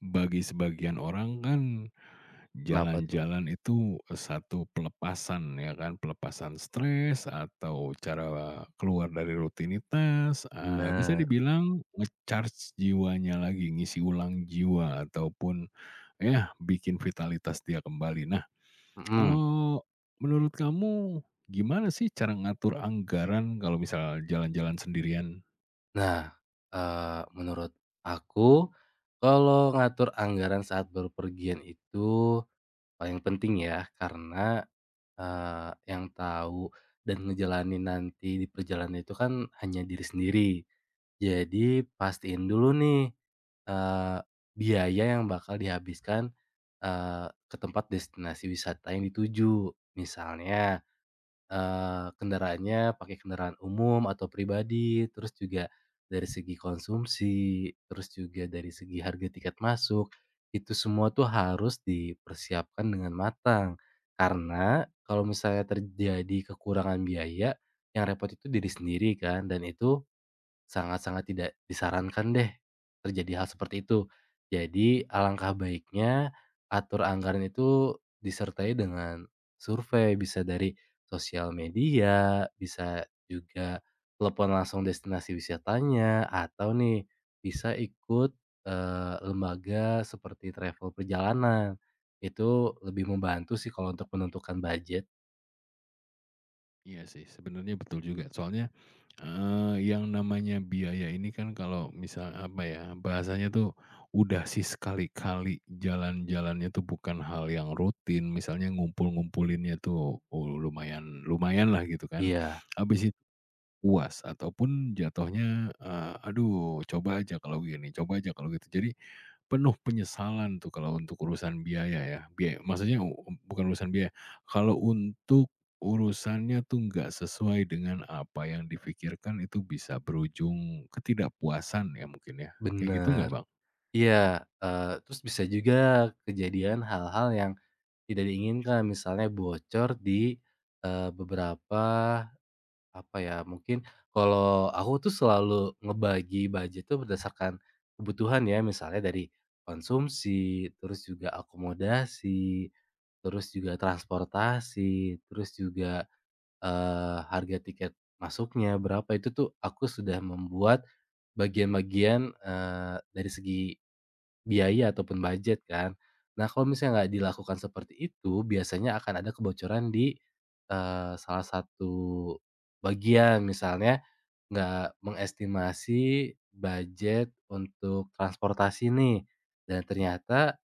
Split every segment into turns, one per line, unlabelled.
Bagi sebagian orang kan,
Kenapa tuh?
jalan-jalan itu satu pelepasan ya kan, pelepasan stres atau cara keluar dari rutinitas, bisa
Bener,
dibilang ngecharge jiwanya lagi, ngisi ulang jiwa ataupun ya bikin vitalitas dia kembali. Nah,
mhm.
kalau menurut kamu gimana sih cara ngatur anggaran kalau misal jalan-jalan sendirian?
Nah, menurut aku kalau ngatur anggaran saat berpergian itu paling penting ya, karena, yang tahu dan ngejalanin nanti di perjalanan itu kan hanya diri sendiri. Jadi pastiin dulu nih, eee, biaya yang bakal dihabiskan, ke tempat destinasi wisata yang dituju. Misalnya kendaraannya pakai kendaraan umum atau pribadi, terus juga dari segi konsumsi, terus juga dari segi harga tiket masuk, itu semua tuh harus dipersiapkan dengan matang. Karena kalau misalnya terjadi kekurangan biaya, yang repot itu diri sendiri kan, dan itu sangat-sangat tidak disarankan deh terjadi hal seperti itu. Jadi alangkah baiknya atur anggaran itu disertai dengan survei, bisa dari sosial media, bisa juga telepon langsung destinasi wisatanya, atau nih bisa ikut, lembaga seperti travel perjalanan. Itu lebih membantu sih kalau untuk menentukan budget.
Iya sih, sebenarnya betul juga. Soalnya, yang namanya biaya ini kan kalau misal, apa ya, bahasanya tuh udah sih, sekali-kali jalan-jalannya tuh bukan hal yang rutin, misalnya ngumpul-ngumpulinnya tuh, oh, lumayan lumayan lah gitu kan.
Iya,
Habis itu puas ataupun jatuhnya, "Aduh, coba aja kalau gini, coba aja kalau gitu." Jadi penuh penyesalan tuh kalau untuk urusan biaya ya, biaya maksudnya bukan urusan biaya, kalau untuk urusannya tuh nggak sesuai dengan apa yang difikirkan, itu bisa berujung ketidakpuasan ya mungkin ya, kayak gitu nggak,
bener.
Bang?
Iya, terus bisa juga kejadian hal-hal yang tidak diinginkan, misalnya bocor di, beberapa, apa ya, mungkin kalau aku tuh selalu ngebagi budget tuh berdasarkan kebutuhan ya, misalnya dari konsumsi, terus juga akomodasi, terus juga transportasi, terus juga, harga tiket masuknya berapa, itu tuh aku sudah membuat bagian-bagian, dari segi biaya ataupun budget kan. Nah, kalau misalnya nggak dilakukan seperti itu, biasanya akan ada kebocoran di, salah satu bagian. Misalnya nggak mengestimasi budget untuk transportasi nih, dan ternyata,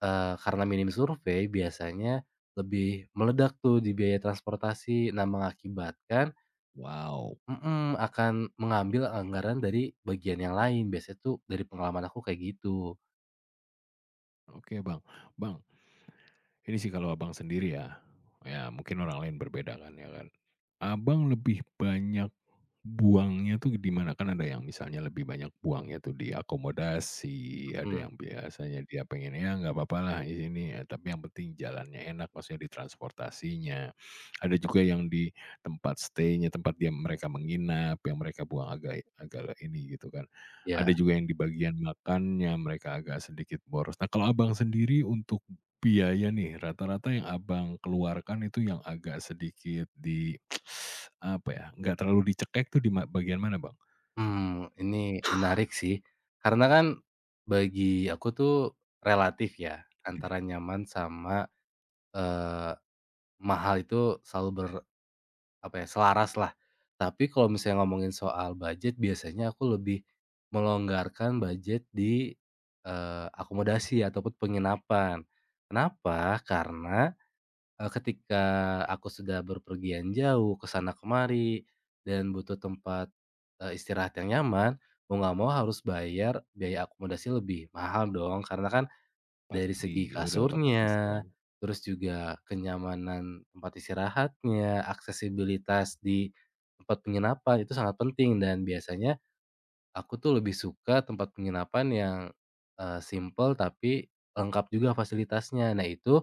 karena minim survei biasanya lebih meledak tuh di biaya transportasi. Nah, mengakibatkan
Wow.
mhm, akan mengambil anggaran dari bagian yang lain. Biasanya tuh dari pengalaman aku kayak gitu.
Oke, Bang. Bang, ini sih kalau Abang sendiri ya, ya mungkin orang lain berbeda kan ya kan. Abang lebih banyak buangnya tuh di mana? Kan ada yang misalnya lebih banyak buangnya tuh di akomodasi, ada
Mhm,
yang biasanya dia pengen, "Ya nggak papalah di sini, tapi yang penting jalannya enak," maksudnya di transportasinya. Ada juga yang di tempat stay-nya, tempat dia mereka menginap, yang mereka buang agak agak ini gitu kan.
iya.
Ada juga yang di bagian makannya mereka agak sedikit boros. Nah, kalau Abang sendiri untuk biaya nih, rata-rata yang Abang keluarkan itu yang agak sedikit di apa ya, nggak terlalu dicekek tuh di bagian mana, Bang?
Ini menarik sih, karena kan bagi aku tuh relatif ya, antara nyaman sama, eee, mahal itu selalu apa ya, selaras lah. Tapi kalau misalnya ngomongin soal budget biasanya aku lebih melonggarkan budget di, akomodasi ataupun penginapan. Kenapa? Karena ketika aku sudah berpergian jauh, ke sana kemari, dan butuh tempat, istirahat yang nyaman, mau nggak mau harus bayar biaya akomodasi lebih mahal dong, karena kan dari
Pasti,
segi
itu udah otomatis
kasurnya,
dong.
terus juga kenyamanan tempat istirahatnya, aksesibilitas di tempat penginapan itu sangat penting dan biasanya aku tuh lebih suka tempat penginapan yang, simpel tapi lengkap juga fasilitasnya. Nah itu,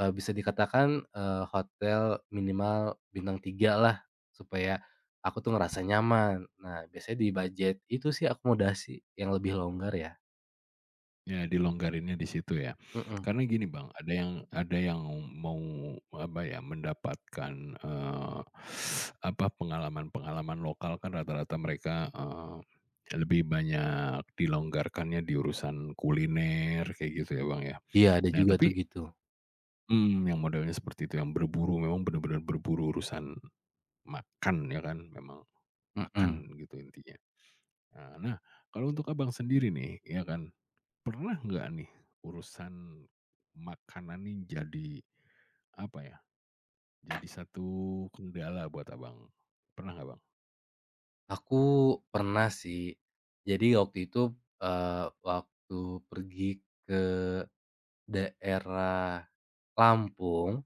Bisa dikatakan, hotel minimal bintang 3 lah, supaya aku tuh ngerasa nyaman. Nah, biasanya di budget itu sih akomodasi yang lebih longgar ya.
Ya dilonggarinnya di situ ya.
Mhm.
Karena gini, Bang, ada yang mau apa ya, mendapatkan, eee, apa, pengalaman-pengalaman lokal kan rata-rata mereka, lebih banyak dilonggarkannya di urusan kuliner kayak gitu ya, Bang, ya.
Iya, ada
Nah
juga
tapi,
tuh gitu.
mhm, yang modelnya seperti itu, yang berburu, memang benar-benar berburu urusan makan ya kan, memang makan
Mhm.
gitu intinya. Nah, kalau untuk Abang sendiri nih, ya kan, pernah nggak nih urusan makanan nih jadi, apa ya, jadi satu kendala buat Abang? Pernah nggak, Bang?
Aku pernah sih. Jadi waktu itu, waktu pergi ke daerah Lampung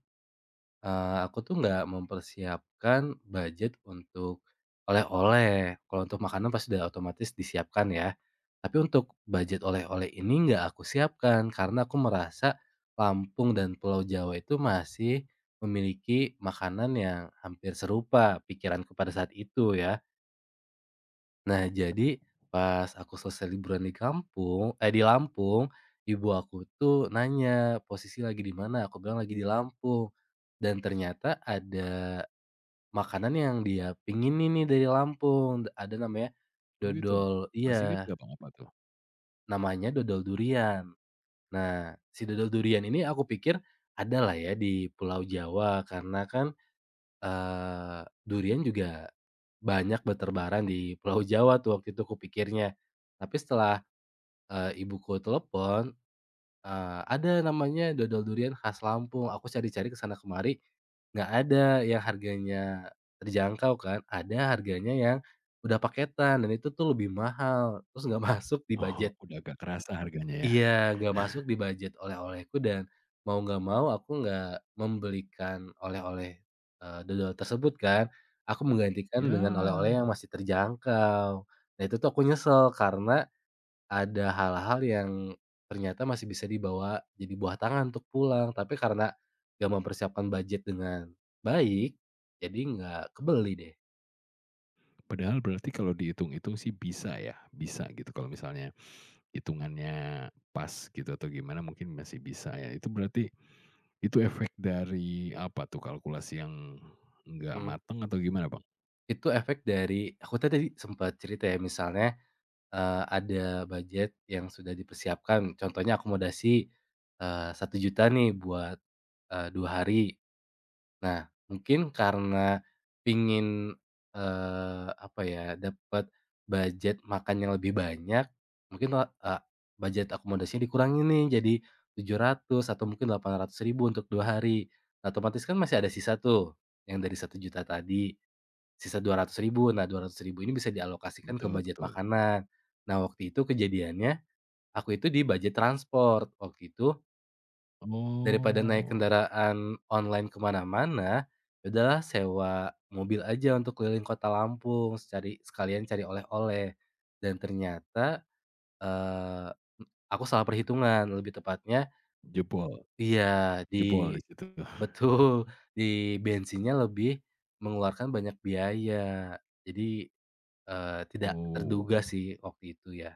Aku tuh nggak mempersiapkan budget untuk oleh-oleh. Kalau untuk makanan pasti udah otomatis disiapkan ya. Tapi untuk budget oleh-oleh ini nggak aku siapkan, karena aku merasa Lampung dan Pulau Jawa itu masih memiliki makanan yang hampir serupa pikiranku pada saat itu ya. Nah, jadi pas aku selesai liburan di kampung eh, di Lampung, ibu aku tuh nanya, "Posisi lagi di mana?" Aku bilang, "Lagi di Lampung." Dan ternyata ada makanan yang dia pinginin nih dari Lampung, ada namanya
Oh gitu?
dodol
Masih inget
iya,
nggak, Bang, apa tuh?
namanya dodol durian. Nah, si dodol durian ini aku pikir ada lah ya di Pulau Jawa karena kan, durian juga banyak berterbaran di Pulau Jawa tuh waktu itu kupikirnya. Tapi setelah ibuku telepon, "Ada namanya dodol durian khas Lampung." Aku cari-cari ke sana kemari, nggak ada yang harganya terjangkau kan, ada harganya yang udah paketan dan itu tuh lebih mahal, terus nggak masuk di
Oh,
budget
udah agak kerasa harganya ya?
iya, nggak masuk di budget oleh-olehku dan mau nggak mau aku nggak membelikan oleh-oleh, dodol tersebut kan, aku menggantikan dengan oleh-oleh
Ya,
yang masih terjangkau. Nah itu tuh aku nyesel karena ada hal-hal yang ternyata masih bisa dibawa jadi buah tangan untuk pulang, tapi karena nggak mempersiapkan budget dengan baik, jadi nggak kebeli deh.
padahal berarti kalau dihitung-hitung sih bisa ya, bisa gitu kalau misalnya hitungannya pas gitu atau gimana mungkin masih bisa ya. Itu berarti itu efek dari apa tuh, kalkulasi yang nggak
Mhm.
mateng atau gimana, Bang?
Itu efek dari aku tadi sempat cerita ya misalnya, ada budget yang sudah dipersiapkan, contohnya akomodasi, Rp1.000.000 nih buat, 2 hari. Nah, mungkin karena pingin, apa ya, dapat budget makan yang lebih banyak, mungkin budget akomodasinya dikurangin nih jadi tujuh ratus atau mungkin 800.000 untuk 2 hari. Nah, otomatis kan masih ada sisa tuh yang dari 1.000.000 tadi, sisa 200.000 Nah, dua ratus ribu ini bisa dialokasikan ke
Betul
budget
betul.
makanan. Nah, waktu itu kejadiannya aku itu di budget transport. Waktu itu Daripada naik
Oh,
kendaraan online kemana mana-mana, ya udahlah sewa mobil aja untuk keliling kota Lampung, secari sekalian cari oleh-oleh. Dan ternyata, eee, aku salah perhitungan, lebih tepatnya
jebol
iya, di
jebol di situ.
betul, di bensinnya lebih mengeluarkan banyak biaya. Jadi, tidak
Oh,
terduga sih waktu itu ya.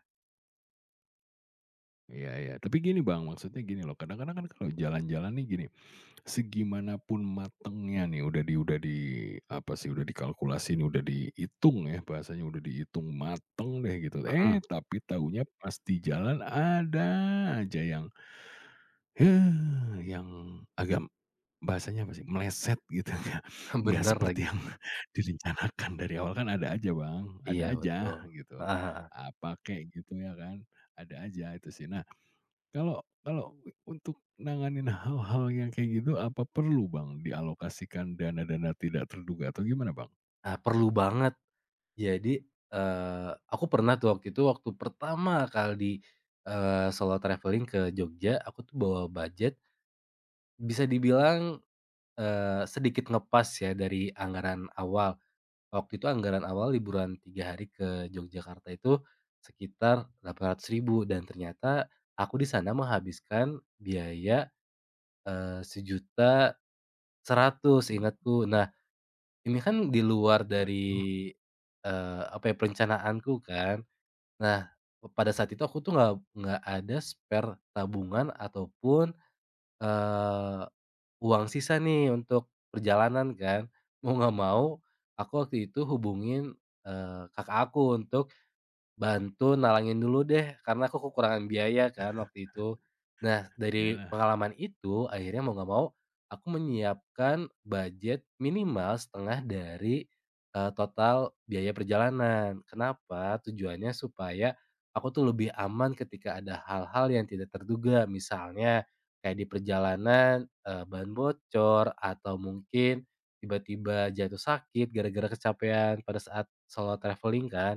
iya iya. Tapi gini, Bang, maksudnya gini loh, kadang-kadang kan kalau jalan-jalan nih gini. Segimanapun matengnya nih udah di apa sih, udah dikalkulasi, nih udah dihitung ya, bahasanya udah dihitung mateng deh gitu, eh
Mhm,
tapi taunya pasti jalan ada aja yang agak bahasanya apa sih, meleset gitu ya, nggak
bener
seperti
lagi.
yang direncanakan dari awal, kan ada aja Bang, ada
Iya
aja
betul.
gitu.
Heeh heeh.
Apa kek gitu ya kan, ada aja itu sih. Nah, kalau kalau untuk nanganin hal-hal yang kayak gitu, apa perlu Bang dialokasikan dana-dana tidak terduga atau gimana, Bang?
Nah, perlu banget Jadi, aku pernah tuh waktu itu waktu pertama kali, solo traveling ke Jogja, aku tuh bawa budget bisa dibilang, sedikit ngepas ya dari anggaran awal. Waktu itu anggaran awal liburan 3 hari ke Yogyakarta itu sekitar delapan ribu ribu dan ternyata aku di sana menghabiskan biaya, Rp1.100.000 seingatku. Nah, ini kan di luar
Waduh,
dari, apa ya, perencanaanku kan. Nah, pada saat itu aku tuh nggak ada spare tabungan ataupun, eee, uang sisa nih untuk perjalanan kan. Mau nggak mau, aku waktu itu hubungin, kakak aku untuk Bantu nalangin dulu deh, karena aku kekurangan biaya kan waktu itu. Nah, dari
iya,
pengalaman itu akhirnya mau nggak mau aku menyiapkan budget minimal setengah dari, total biaya perjalanan. Kenapa? Tujuannya supaya aku tuh lebih aman ketika ada hal-hal yang tidak terduga. Misalnya kayak di perjalanan, ban bocor atau mungkin tiba-tiba jatuh sakit gara-gara kecapean pada saat solo traveling kan.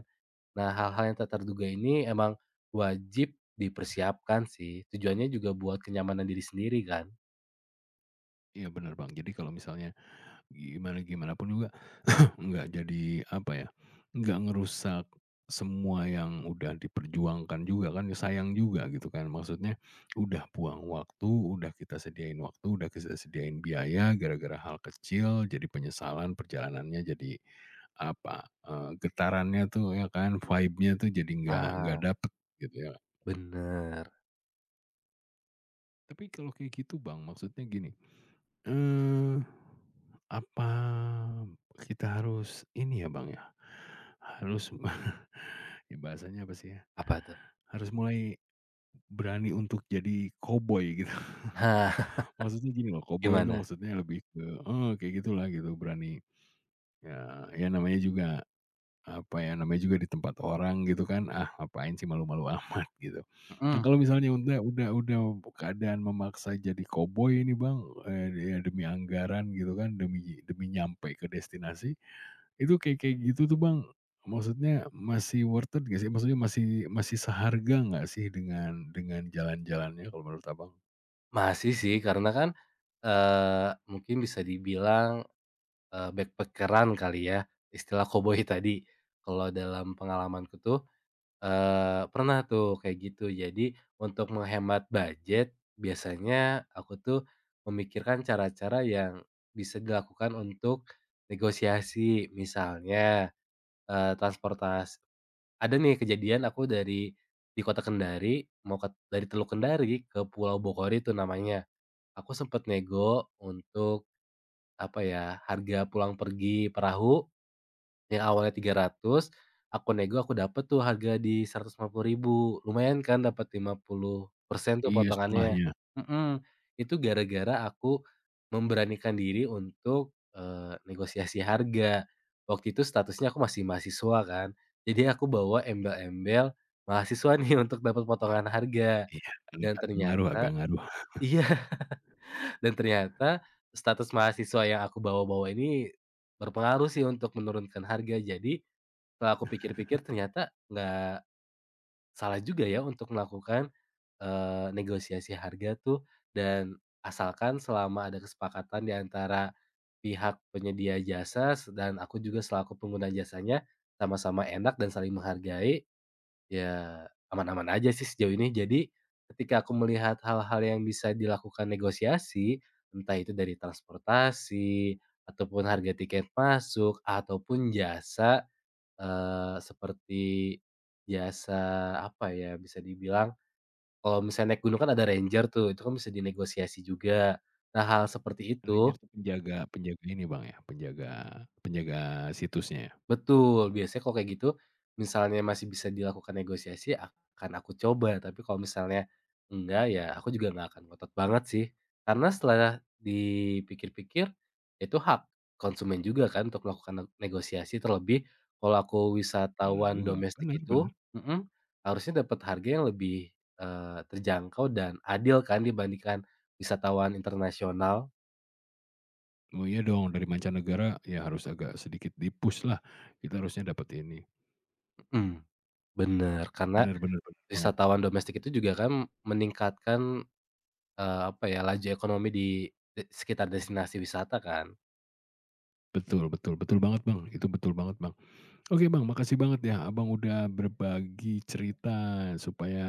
Nah, hal-hal yang tak terduga ini emang wajib dipersiapkan sih, tujuannya juga buat kenyamanan diri sendiri kan.
iya bener, Bang. Jadi kalau misalnya gimana gimana pun juga nggak jadi, apa ya, nggak ngerusak semua yang udah diperjuangkan juga kan, sayang juga gitu kan. Maksudnya udah buang waktu, udah kita sediain waktu, udah kita sediain biaya, gara-gara hal kecil jadi penyesalan, perjalanannya jadi, apa, getarannya tuh ya kan, vibe-nya tuh jadi nggak
Ah.
dapet gitu ya.
Bener.
Tapi kalau kayak gitu Bang, maksudnya gini, Eee, apa, kita harus ini ya, Bang, ya, harus ya bahasanya apa sih ya,
Apa tuh?
harus mulai berani untuk jadi koboi gitu.
Hah,
Maksudnya gini loh, koboi itu
Gimana?
maksudnya lebih ke heeh, kayak gitulah gitu berani, ya ya namanya juga apa ya, namanya juga di tempat orang gitu kan, ah, ngapain sih malu-malu amat gitu. Nah,
Mhm,
kalau misalnya udah keadaan memaksa jadi koboi ini Bang, ya demi anggaran gitu kan, demi demi nyampe ke destinasi, itu kayak kayak gitu tuh Bang, maksudnya masih worth it nggak sih? Maksudnya masih masih seharga nggak sih dengan jalan-jalannya kalau menurut Abang?
masih sih karena kan, mungkin bisa dibilang, backpacker kali ya, istilah koboi tadi. Kalau dalam pengalamanku tuh pernah tuh kayak gitu. Jadi untuk menghemat budget, biasanya aku tuh memikirkan cara-cara yang bisa dilakukan untuk negosiasi. Misalnya, eee, transportas ada nih kejadian aku di kota Kendari, mau ke dari Teluk Kendari ke Pulau Bogor itu namanya. Aku sempet nego untuk, apa ya, harga pulang pergi perahu yang awalnya 300, aku nego aku dapet tuh harga di ribu, lumayan kan dapat 50% tuh
Iya
potongannya.
setengahnya.
Mhm, itu gara-gara aku memberanikan diri untuk, negosiasi harga. Waktu itu statusnya aku masih mahasiswa kan, jadi aku bawa embel-embel mahasiswa nih untuk dapat potongan harga
Iya,
dan
agak ngaruh agak
ternyata
ngaruh.
iya, dan ternyata status mahasiswa yang aku bawa-bawa ini berpengaruh sih untuk menurunkan harga. Jadi setelah aku pikir-pikir ternyata nggak salah juga ya untuk melakukan, negosiasi harga tuh dan asalkan selama ada kesepakatan di antara pihak penyedia jasa dan aku juga selaku pengguna jasanya, sama-sama enak dan saling menghargai, ya aman-aman aja sih sejauh ini. Jadi ketika aku melihat hal-hal yang bisa dilakukan negosiasi, entah itu dari transportasi, ataupun harga tiket masuk, ataupun jasa seperti jasa, apa ya, bisa dibilang kalau misalnya naik gunung kan ada ranger tuh, itu kan bisa dinegosiasi juga. Nah, hal seperti
Ranger
itu
tuh penjaga penjaga ini Bang ya, penjaga penjaga situsnya ya?
Betul, biasanya kalau kayak gitu, misalnya masih bisa dilakukan negosiasi, akan aku coba, tapi kalau misalnya enggak, ya aku juga nggak akan ngotot banget sih. Karena setelah dipikir-pikir, itu hak konsumen juga kan untuk melakukan negosiasi, terlebih kalau aku
Bener
wisatawan
juga,
domestik
bener
itu
bener.
mhm, harusnya dapat harga yang lebih, terjangkau dan adil kan dibandingkan wisatawan internasional
Oh iya dong, dari mancanegara ya harus agak sedikit di-push lah, kita harusnya dapat ini.
mhm, bener, karena
Bener bener bener banget.
wisatawan domestik itu juga kan meningkatkan apa ya, laju ekonomi di sekitar destinasi wisata kan.
Betul betul betul banget, Bang, itu betul banget, Bang. Oke, Bang, makasih banget ya Abang udah berbagi cerita supaya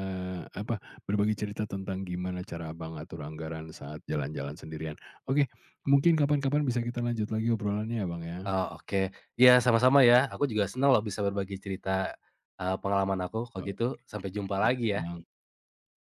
apa, berbagi cerita tentang gimana cara Abang atur anggaran saat jalan-jalan sendirian. Oke, mungkin kapan-kapan bisa kita lanjut lagi obrolannya ya, Bang, ya.
Oh, oke. Iya, sama-sama ya. Aku juga senang loh bisa berbagi cerita, pengalaman aku. Kalau
Oke,
gitu sampai jumpa lagi
makasih,
ya.
Bang.